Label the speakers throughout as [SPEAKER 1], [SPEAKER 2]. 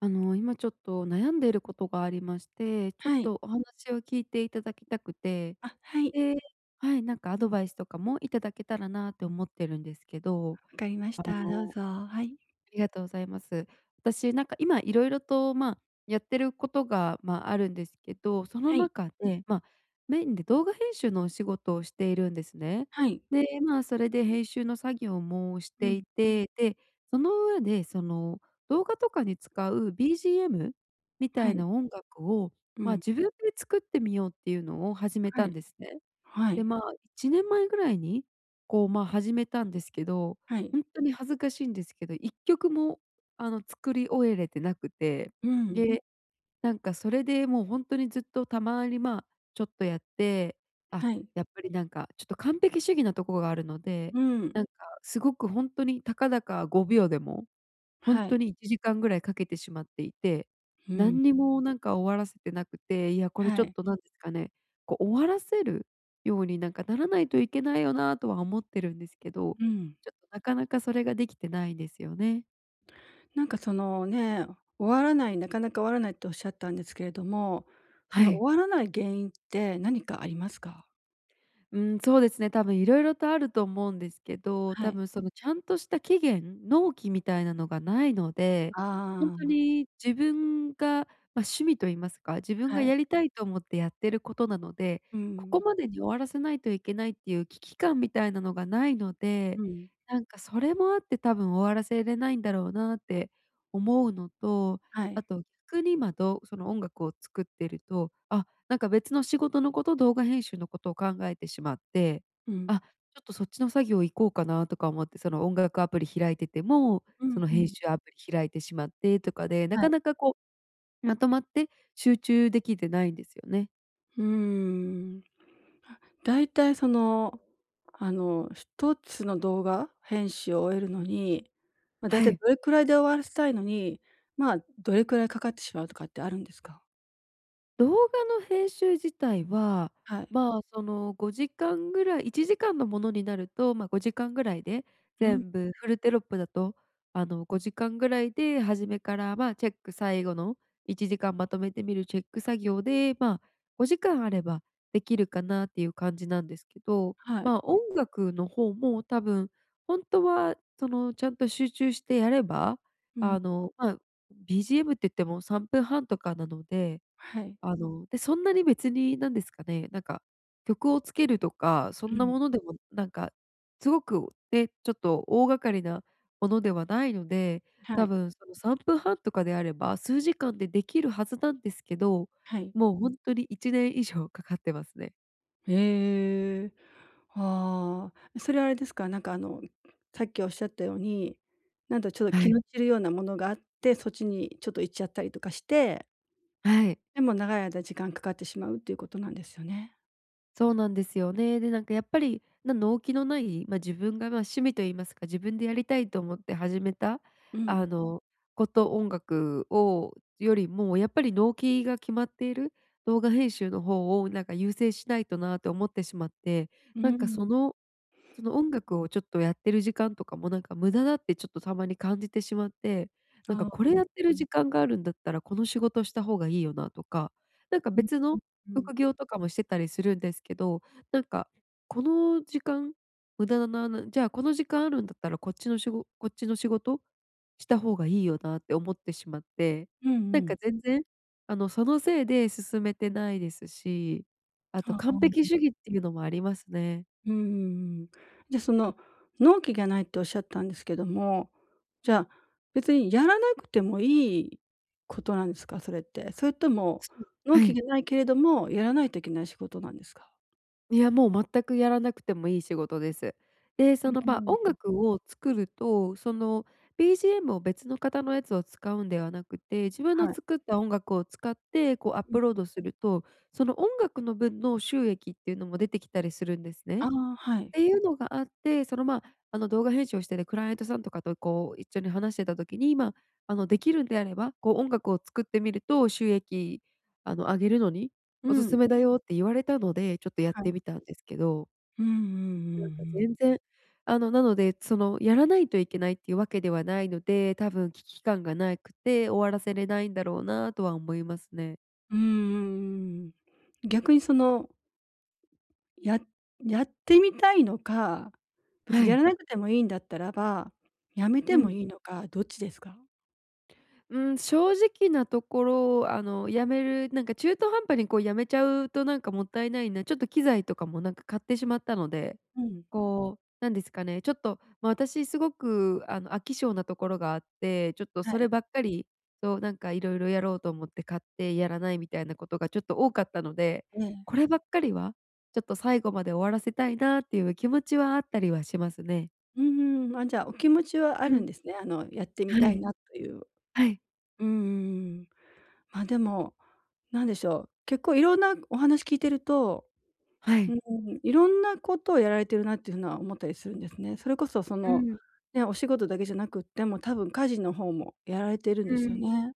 [SPEAKER 1] 今ちょっと悩んでいることがありまして、ちょっ
[SPEAKER 2] はい。
[SPEAKER 1] とお話を聞いていただきたくて、
[SPEAKER 2] あ、はい。
[SPEAKER 1] で、はい、なんかアドバイスとかもいただけたらなって思ってるんですけど。
[SPEAKER 2] わかりまし
[SPEAKER 1] あ
[SPEAKER 2] た。どう
[SPEAKER 1] の、
[SPEAKER 2] ぞ。
[SPEAKER 1] あ
[SPEAKER 2] は
[SPEAKER 1] り
[SPEAKER 2] い。
[SPEAKER 1] がとうございます。私なんか今いろいろと、やってることが、あるんですけど、その
[SPEAKER 2] はい。
[SPEAKER 1] 中で、まあ、メインで動画編集のお仕事をしているんですね。
[SPEAKER 2] はい。
[SPEAKER 1] で、まあ、それで編集の作業もし
[SPEAKER 2] う
[SPEAKER 1] て
[SPEAKER 2] ん。
[SPEAKER 1] いて、で、その上でその動画とかに使う BGM みた
[SPEAKER 2] は
[SPEAKER 1] い
[SPEAKER 2] い。
[SPEAKER 1] な音楽を、
[SPEAKER 2] う
[SPEAKER 1] まあ、
[SPEAKER 2] ん。
[SPEAKER 1] 自分で作ってみようっていうのを始め
[SPEAKER 2] は
[SPEAKER 1] たん
[SPEAKER 2] い。
[SPEAKER 1] ですね。
[SPEAKER 2] は
[SPEAKER 1] で、
[SPEAKER 2] い。
[SPEAKER 1] まあ、1年前ぐらいに、こう、まあ、始めたんですけど、
[SPEAKER 2] はい。
[SPEAKER 1] ほんとに恥ずかしいんですけど、1曲も、作り終えれてなくて、
[SPEAKER 2] うん。
[SPEAKER 1] で、なんかそれでもうほんとにずっとたまに、まあ、ちょっとやって、あ、
[SPEAKER 2] はい。
[SPEAKER 1] やっぱりなんかちょっと完璧主義なとこがあるので、
[SPEAKER 2] うん。
[SPEAKER 1] なんかすごくほんとにたかだか5秒でもほん
[SPEAKER 2] は
[SPEAKER 1] と
[SPEAKER 2] い。
[SPEAKER 1] に1時間ぐらいかけてしまっていて、
[SPEAKER 2] うん。
[SPEAKER 1] 何にもなんか終わらせてなくて、いや、これ
[SPEAKER 2] は
[SPEAKER 1] ちょっ
[SPEAKER 2] い。
[SPEAKER 1] となんですかね、こう終わらせるようになんかならないといけないよなとは思ってるんですけど、
[SPEAKER 2] うん。
[SPEAKER 1] ちょっとなかなかそれができてないんですよね。
[SPEAKER 2] なんかそのね、終わらない、なかなか終わらないっておっしゃったんですけれども、そ
[SPEAKER 1] は
[SPEAKER 2] の
[SPEAKER 1] い。
[SPEAKER 2] 終わらない原因って何かありますか？
[SPEAKER 1] うん、そうですね、多分いろいろとあると思うんですけど、
[SPEAKER 2] は
[SPEAKER 1] 多
[SPEAKER 2] い。
[SPEAKER 1] 分そのちゃんとした期限、納期みたいなのがないので、
[SPEAKER 2] あ
[SPEAKER 1] ほんと
[SPEAKER 2] あ、
[SPEAKER 1] に自分が、ま、趣味と言いますか、自分が
[SPEAKER 2] はい。
[SPEAKER 1] やりたいと思ってやってることなので、
[SPEAKER 2] う
[SPEAKER 1] ここ
[SPEAKER 2] ん。
[SPEAKER 1] までに終わらせないといけないっていう危機感みたいなのがないの
[SPEAKER 2] う
[SPEAKER 1] で、
[SPEAKER 2] ん。
[SPEAKER 1] なんかそれもあって多分終わらせれないんだろうなって思うのと、
[SPEAKER 2] は
[SPEAKER 1] あ
[SPEAKER 2] い。
[SPEAKER 1] と逆に今どその音楽を作ってると、なんか別の仕事のこと、動画編集のことを考えてしまって、
[SPEAKER 2] うん。
[SPEAKER 1] あ、ちょっとそっちの作業行こうかなとか思って、その音楽アプリ開いてても、
[SPEAKER 2] うん
[SPEAKER 1] その
[SPEAKER 2] う
[SPEAKER 1] 編
[SPEAKER 2] ん。
[SPEAKER 1] 集アプリ開いてしまってとかで、な
[SPEAKER 2] は
[SPEAKER 1] か
[SPEAKER 2] い。
[SPEAKER 1] なかこう、まとまって集中できてないんですよね。
[SPEAKER 2] うーん。だいたいその、あの、一つの動画編集を終えるのに、ま、だい
[SPEAKER 1] は
[SPEAKER 2] たい
[SPEAKER 1] い。
[SPEAKER 2] どれくらいで終わらせたいのに、まあ、どれくらいかかってしまうとかってあるんですか？
[SPEAKER 1] 動画の編集自体は、
[SPEAKER 2] はい。
[SPEAKER 1] まあ、その5時間ぐらい、1時間のものになると、まあ、5時間ぐらいで、
[SPEAKER 2] うん、
[SPEAKER 1] 全部フルテロップだと、5時間ぐらいで初めから、まあ、チェック、最後の1時間まとめてみるチェック作業で、まあ、5時間あればできるかなっていう感じなんですけど、
[SPEAKER 2] はい。
[SPEAKER 1] まあ、音楽の方も多分本当は、その、ちゃんと集中してやれば、
[SPEAKER 2] うん、
[SPEAKER 1] あの、まあ、BGM って言っても3分半とかなので、
[SPEAKER 2] はい。
[SPEAKER 1] で、そんなに別になんですかね、なんか、曲をつけるとか、そ
[SPEAKER 2] う
[SPEAKER 1] んな
[SPEAKER 2] ん、
[SPEAKER 1] ものでもなんか、すごくね、ちょっと大掛かりなものではないので、
[SPEAKER 2] は
[SPEAKER 1] 多
[SPEAKER 2] い、
[SPEAKER 1] 分その3分半とかであれば、数時間でできるはずなんですけど、
[SPEAKER 2] はい。
[SPEAKER 1] もうほんとに1年以上かかってますね。
[SPEAKER 2] へえ。ああ。それはあれですか、なんかあの、さっきおっしゃったように、なんだ、ちょっと
[SPEAKER 1] は
[SPEAKER 2] 気
[SPEAKER 1] い。
[SPEAKER 2] の散るようなものがあって、そっちにちょっと行っちゃったりとかして、
[SPEAKER 1] はい。
[SPEAKER 2] でも長い間時間かかってしまうっていうことなんですよね。
[SPEAKER 1] そうなんですよね。で、なんかやっぱり、な納期のない、まあ、自分が、ま、趣味といいますか、自分でやりたいと思って始めた、
[SPEAKER 2] うん。
[SPEAKER 1] あの、こと、音楽をよりも、やっぱり納期が決まっている動画編集の方をなんか優先しないとなと思ってしまって、
[SPEAKER 2] う
[SPEAKER 1] なんか
[SPEAKER 2] ん、
[SPEAKER 1] そのその音楽をちょっとやってる時間とかもなんか無駄だってちょっとたまに感じてしまって、なん
[SPEAKER 2] あ
[SPEAKER 1] か
[SPEAKER 2] あ、
[SPEAKER 1] これやって
[SPEAKER 2] う
[SPEAKER 1] る
[SPEAKER 2] ん。
[SPEAKER 1] 時間があるんだったらこの仕事した方がいいよなとか、なんか
[SPEAKER 2] うん
[SPEAKER 1] 別の
[SPEAKER 2] うん。
[SPEAKER 1] 副業とかもしてたりするんですけど、なんかこの時間無駄だな、なじゃあこの時間あるんだったらこっちの仕事こっちの仕事した方がいいよなって思ってしまって、
[SPEAKER 2] うんう
[SPEAKER 1] なんか
[SPEAKER 2] ん。
[SPEAKER 1] 全然、そのせいで進めてないですし、あと
[SPEAKER 2] ああ、
[SPEAKER 1] 完
[SPEAKER 2] う
[SPEAKER 1] 璧
[SPEAKER 2] ん
[SPEAKER 1] 主義っていうのもありますね。
[SPEAKER 2] うんうん。じゃ、その、納期がないっておっしゃったんですけども、じゃあ、別にやらなくてもいいことなんですか？それって。それとも、
[SPEAKER 1] そう、
[SPEAKER 2] 納
[SPEAKER 1] は
[SPEAKER 2] 期
[SPEAKER 1] い。
[SPEAKER 2] がないけれども、やらないといけない仕事なんですか？
[SPEAKER 1] いや、もう全くやらなくてもいい仕事です。で、
[SPEAKER 2] う
[SPEAKER 1] その、ま、
[SPEAKER 2] ー
[SPEAKER 1] 音
[SPEAKER 2] ん、
[SPEAKER 1] 楽を作ると、その、BGM を別の方のやつを使うんではなくて、自分の
[SPEAKER 2] はい。
[SPEAKER 1] 作った音楽を使って、こうアッ
[SPEAKER 2] うん。
[SPEAKER 1] プロードすると、その音楽の分の収益っていうのも出てきたりするんです
[SPEAKER 2] あ
[SPEAKER 1] ね。
[SPEAKER 2] あ、はい。
[SPEAKER 1] ていうのがあって、その、まあ、動画編集をしてて、クライアントさんとかと、こう、一緒に話してた時に、まあ、できるんであれば、こう、音楽を作ってみると収益、上げるのに
[SPEAKER 2] う
[SPEAKER 1] おすす
[SPEAKER 2] ん、
[SPEAKER 1] めだよって言われたので、ちょっとやっ
[SPEAKER 2] はい。
[SPEAKER 1] てみたんですけど、
[SPEAKER 2] うんうんうん
[SPEAKER 1] なんか
[SPEAKER 2] う
[SPEAKER 1] 全
[SPEAKER 2] ん。
[SPEAKER 1] 然、なので、その、やらないといけないっていうわけではないので、多分危機感がなくて終わらせれないんだろうなとは思いますね。
[SPEAKER 2] うんうんうんうん。逆にその、ややってみたいのか、別
[SPEAKER 1] は
[SPEAKER 2] にやら
[SPEAKER 1] い。
[SPEAKER 2] なくてもいいんだったらば、やめてもいいのか、どっちですか？
[SPEAKER 1] うん、正直なところ、やめるなんか中途半端にこうやめちゃうとなんかもったいないな、ちょっと機材とかもなんか買ってしまったので、
[SPEAKER 2] うん、
[SPEAKER 1] こう、なんですかね、ちょっと、まあ、私すごくあの飽き性なところがあって、ちょっと
[SPEAKER 2] は
[SPEAKER 1] そ
[SPEAKER 2] い。
[SPEAKER 1] ればっかり、そう、なんかいろいろやろうと思って買ってやらないみたいなことがちょっと多かったので、
[SPEAKER 2] ええ。
[SPEAKER 1] こればっかりは、ちょっと最後まで終わらせたいなっていう気持ちはあったりはしますね。
[SPEAKER 2] うんうん。あ、じゃあ、お気持ちはあ
[SPEAKER 1] う
[SPEAKER 2] るん
[SPEAKER 1] ん。
[SPEAKER 2] ですね。あの、やってみ
[SPEAKER 1] は
[SPEAKER 2] たい
[SPEAKER 1] い。
[SPEAKER 2] なという。
[SPEAKER 1] はい。
[SPEAKER 2] うんうんうん。ま、でも、なんでしょう、結構いろんなお話聞いてると、
[SPEAKER 1] は
[SPEAKER 2] う
[SPEAKER 1] い。
[SPEAKER 2] ーん、いろんなことをやられてるなっていうのは思ったりするんですね。それこそそ
[SPEAKER 1] う
[SPEAKER 2] の、
[SPEAKER 1] ん、
[SPEAKER 2] ね、お仕事だけじゃなくっても、多分家事の方もやられてるんです
[SPEAKER 1] う
[SPEAKER 2] よ
[SPEAKER 1] ん。
[SPEAKER 2] ね。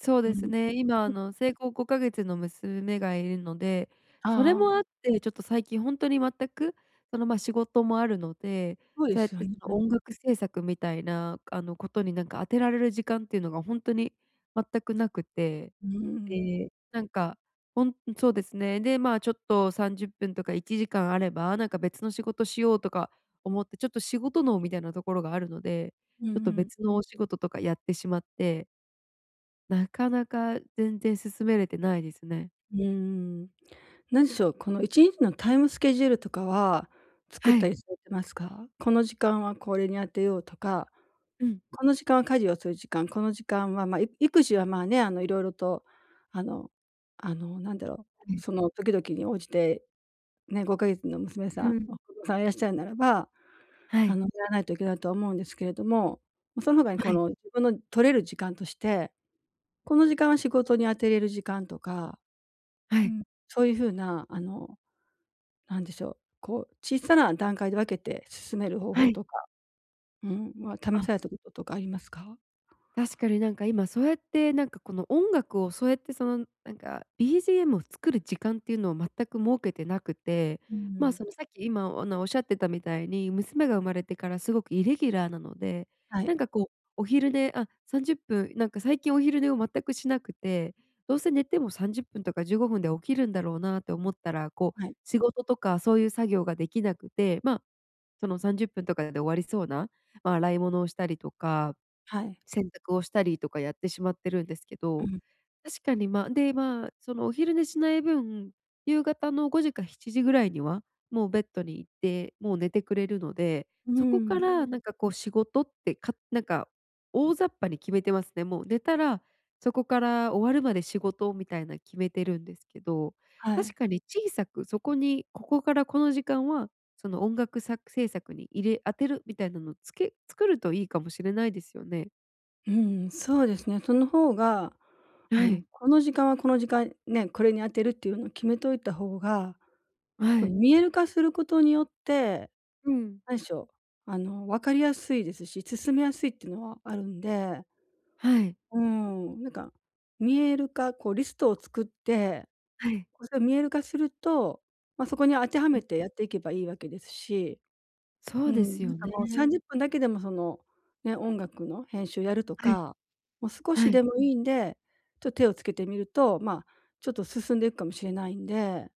[SPEAKER 1] そう
[SPEAKER 2] うん。
[SPEAKER 1] ですね。今、
[SPEAKER 2] うん、
[SPEAKER 1] 生後5か月の娘がいるので、それ
[SPEAKER 2] あ
[SPEAKER 1] もあっ
[SPEAKER 2] あ、
[SPEAKER 1] て、ちょっと最近ほんとに全く、その、ま、仕事もあるので、
[SPEAKER 2] そうで
[SPEAKER 1] そうやっ
[SPEAKER 2] すよ
[SPEAKER 1] て、そ
[SPEAKER 2] ね。
[SPEAKER 1] の、音楽制作みたいな、ことに、なんか、当てられる時間っていうのがほんとに全くなくて、
[SPEAKER 2] うん。
[SPEAKER 1] で、なんか、ほんそうですね。で、まあ、ちょっと30分とか1時間あれば、なんか、別の仕事しようとか思って、ちょっと仕事脳みたいなところがあるので、
[SPEAKER 2] うんう
[SPEAKER 1] ちょっと
[SPEAKER 2] ん。
[SPEAKER 1] 別のお仕事とかやってしまってなかなか全然進めれてないですね。
[SPEAKER 2] うん。何でしょう、この1日のタイムスケジュールとかは作っ
[SPEAKER 1] は
[SPEAKER 2] た
[SPEAKER 1] い。
[SPEAKER 2] りされてますか？この時間はこれに当てようとか、
[SPEAKER 1] うん。
[SPEAKER 2] この時間は家事をする時間、この時間は、ま、育児はまあね、あの、いろいろと、あのなんだろう、
[SPEAKER 1] はい。
[SPEAKER 2] その時々に応じて、ね、5か月の娘
[SPEAKER 1] う
[SPEAKER 2] さん、
[SPEAKER 1] ん。
[SPEAKER 2] お子さんいらっしゃるならば、
[SPEAKER 1] は
[SPEAKER 2] あ
[SPEAKER 1] い。
[SPEAKER 2] の、やらないといけないとは思うんですけれども、まその他に
[SPEAKER 1] は
[SPEAKER 2] こ
[SPEAKER 1] い。
[SPEAKER 2] の自分の取れる時間として、この時間は仕事に当てれる時間とか、
[SPEAKER 1] は
[SPEAKER 2] う
[SPEAKER 1] い。
[SPEAKER 2] ん、そういうふうな、あの、なんでしょう、こう、小さな段階で分けて進める方
[SPEAKER 1] はい。
[SPEAKER 2] 法
[SPEAKER 1] はい、
[SPEAKER 2] とか、うん、は
[SPEAKER 1] あ
[SPEAKER 2] 試されたこととかありますか？
[SPEAKER 1] 確かになんか今そうやってなんかこの音楽をそうやってそのなんか BGM を作る時間っていうのを全く設けてなくて、
[SPEAKER 2] う
[SPEAKER 1] まあ
[SPEAKER 2] ん、
[SPEAKER 1] そのさっき今おなおっしゃってたみたいに娘が生まれてからすごくイレギュラーなので、
[SPEAKER 2] はい、
[SPEAKER 1] なんかこうお昼寝、30分、なんか最近お昼寝を全くしなくて、どうせ寝ても30分とか15分で起きるんだろうなって思ったら、こう
[SPEAKER 2] はい、
[SPEAKER 1] 仕事とかそういう作業ができなくて、まあその30分とかで終わりそうな、まあ洗い物をしたりとか、
[SPEAKER 2] はい、
[SPEAKER 1] 洗濯をしたりとかやってしまってるんですけ
[SPEAKER 2] う
[SPEAKER 1] ど、
[SPEAKER 2] ん、
[SPEAKER 1] 確かに、まあ、で、まあ、そのお昼寝しない分、夕方の5時か7時ぐらいには、もうベッドに行って、もう寝てくれるので、
[SPEAKER 2] う
[SPEAKER 1] そこうか
[SPEAKER 2] ん、
[SPEAKER 1] らん。なんかこう仕事ってかなんか大雑把に決めてますね。もう寝たら、そこから終わるまで仕事みたいな決めてるんですけど、
[SPEAKER 2] は
[SPEAKER 1] 確
[SPEAKER 2] い、
[SPEAKER 1] かに小さくそこに、ここからこの時間は、その音楽作制作に入れ当てるみたいなのをつけ作るといいかもしれないですよね。
[SPEAKER 2] うん、そうですね。その方が、あ
[SPEAKER 1] は
[SPEAKER 2] の、
[SPEAKER 1] い、
[SPEAKER 2] この時間はこの時間、ね、これに当てるっていうのを決めといた方が、
[SPEAKER 1] は
[SPEAKER 2] こ
[SPEAKER 1] い。
[SPEAKER 2] の見える化することによって、
[SPEAKER 1] うん。
[SPEAKER 2] なんでしょう、あの、分かりやすいですし、進めやすいっていうのはあるんで、
[SPEAKER 1] はい、
[SPEAKER 2] うん、なんか、見える化、こうリストを作って、
[SPEAKER 1] はい。
[SPEAKER 2] こうそれを見える化すると、まあ、そこに当ては
[SPEAKER 1] うん。
[SPEAKER 2] めてやっていけばいいわけですし、
[SPEAKER 1] そ
[SPEAKER 2] う
[SPEAKER 1] うです
[SPEAKER 2] ん、なん
[SPEAKER 1] よ
[SPEAKER 2] か
[SPEAKER 1] ね。
[SPEAKER 2] もう30分だけでもその、ね、音楽の編集やると
[SPEAKER 1] はい。
[SPEAKER 2] か、もう少
[SPEAKER 1] は
[SPEAKER 2] し
[SPEAKER 1] い。
[SPEAKER 2] でもいいんで、ちょっと手をつけてみると、まあ、ちょっと進んでいくかもしれないんで、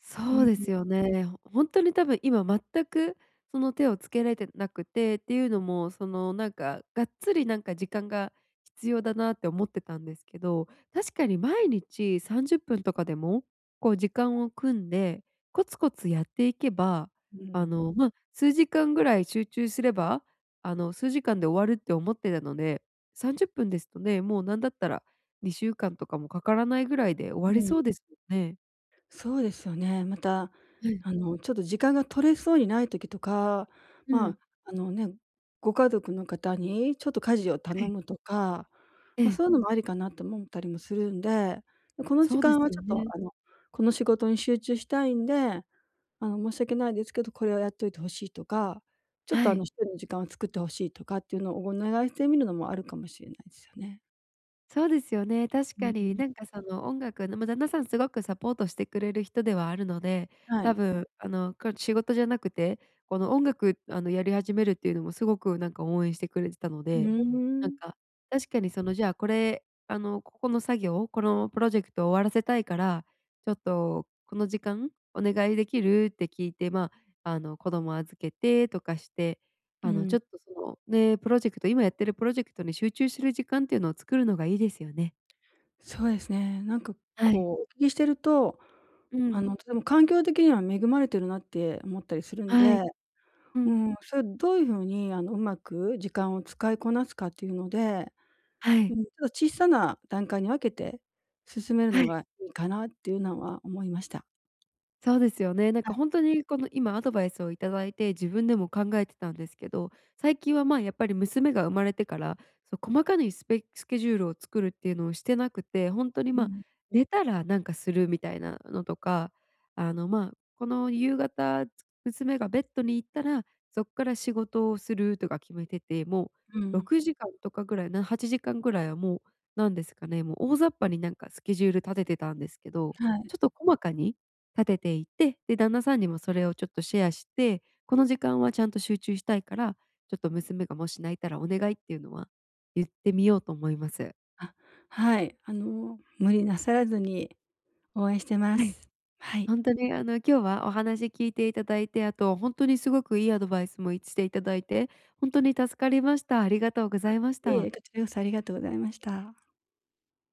[SPEAKER 1] そうです
[SPEAKER 2] う
[SPEAKER 1] よね。ほほんとに多分今全くその手をつけられてなくてっていうのも、そのなんかがっつりなんか時間が必要だなって思ってたんですけど、確かに毎日30分とかでも、こう時間を組んで、コツコツやっていけば、
[SPEAKER 2] んうん。
[SPEAKER 1] 数時間ぐらい集中すれば、数時間で終わるって思ってたので、30分ですとね、もうなんだったら2週間とかもかからないぐらいで終わ
[SPEAKER 2] う
[SPEAKER 1] りそ
[SPEAKER 2] ん。
[SPEAKER 1] うですよね。
[SPEAKER 2] そうですよね。また、
[SPEAKER 1] はい。
[SPEAKER 2] あの、ちょっと時間が取れそうにない時とか、
[SPEAKER 1] う
[SPEAKER 2] ま
[SPEAKER 1] ん。
[SPEAKER 2] あ、あのね、ご家族の方にちょっと家事を
[SPEAKER 1] は
[SPEAKER 2] 頼
[SPEAKER 1] い。
[SPEAKER 2] むとか、
[SPEAKER 1] え
[SPEAKER 2] まあ、
[SPEAKER 1] え、
[SPEAKER 2] そういうのもありかなと思ったりもするんで、この時
[SPEAKER 1] そうです
[SPEAKER 2] 間はち
[SPEAKER 1] よ
[SPEAKER 2] ょっと、
[SPEAKER 1] ね。
[SPEAKER 2] あの、この仕事に集中したいんで、あの、申し訳ないですけど、これをやっといてほしいとか、ちょっ
[SPEAKER 1] は
[SPEAKER 2] と、あ
[SPEAKER 1] い。
[SPEAKER 2] の、一人の時間を作ってほしいとかっていうのをお願いしてみるのもあるかもしれないですよね。
[SPEAKER 1] そうですよね。確
[SPEAKER 2] う
[SPEAKER 1] かに
[SPEAKER 2] ん。
[SPEAKER 1] その音楽の旦那さんすごくサポートしてくれる人ではあるので、
[SPEAKER 2] は
[SPEAKER 1] 多
[SPEAKER 2] い。
[SPEAKER 1] 分仕事じゃなくて、この音楽やり始めるっていうのもすごくなんか応援してくれてたの
[SPEAKER 2] う
[SPEAKER 1] で、なん
[SPEAKER 2] ーん。
[SPEAKER 1] か確かにその、じゃあこれ、あの、ここの作業、このプロジェクトを終わらせたいから、ちょっとこの時間お願いできるって聞いて、まあ、あの、子供預けてとかして、
[SPEAKER 2] う
[SPEAKER 1] あの、ち
[SPEAKER 2] ん。
[SPEAKER 1] ょっとその、ね、プロジェクト今やってるプロジェクトに集中する時間っていうのを作るのがいいですよね。
[SPEAKER 2] そうですね。なんか
[SPEAKER 1] はい。
[SPEAKER 2] こう、お聞きしてると、
[SPEAKER 1] う
[SPEAKER 2] あ
[SPEAKER 1] ん。
[SPEAKER 2] の、とても環境的には恵まれてるなって思ったりするん
[SPEAKER 1] はい。
[SPEAKER 2] で、
[SPEAKER 1] う
[SPEAKER 2] う
[SPEAKER 1] ん。
[SPEAKER 2] ん、それをどういう風にあの、うまく時間を使いこなすかっていうので、
[SPEAKER 1] は
[SPEAKER 2] う
[SPEAKER 1] い。
[SPEAKER 2] ん、ちょっと小さな段階に分けて進める
[SPEAKER 1] は
[SPEAKER 2] の
[SPEAKER 1] い。
[SPEAKER 2] がいいかなっていうのは思いました。
[SPEAKER 1] そうですよね。なんか本当にこの今アドバイスをいただいて、自分でも考えてたんですけど、最近はまあ、やっぱり娘が生まれてから、そう細かにスケジュールを作るっていうのをしてなくて、本当に
[SPEAKER 2] う
[SPEAKER 1] まあ、
[SPEAKER 2] ん、
[SPEAKER 1] 寝たらなんかするみたいなのとか、この夕方、娘がベッドに行ったら、そこから仕事をするとか決めてて、も
[SPEAKER 2] う
[SPEAKER 1] う
[SPEAKER 2] ん、
[SPEAKER 1] 6時間とかぐらい、な8時間ぐらいはもう、なんですかね、もう大雑把になんかスケジュール立ててたんですけど、
[SPEAKER 2] はい。
[SPEAKER 1] ちょっと細かに立てていて、で、旦那さんにもそれをちょっとシェアして、この時間はちゃんと集中したいから、ちょっと娘がもし泣いたらお願いっていうのは言ってみようと思います。
[SPEAKER 2] あ、はい。あの、無理なさらずに応援してま
[SPEAKER 1] はい。
[SPEAKER 2] す。はい。
[SPEAKER 1] ほんとに今日はお話聞いていただいて、あとほんとにすごくいいアドバイスも言していただいて、ほんとに助かりました。ありがとうございまし
[SPEAKER 2] いえい
[SPEAKER 1] た。
[SPEAKER 2] え、こちらこそありがとうございました。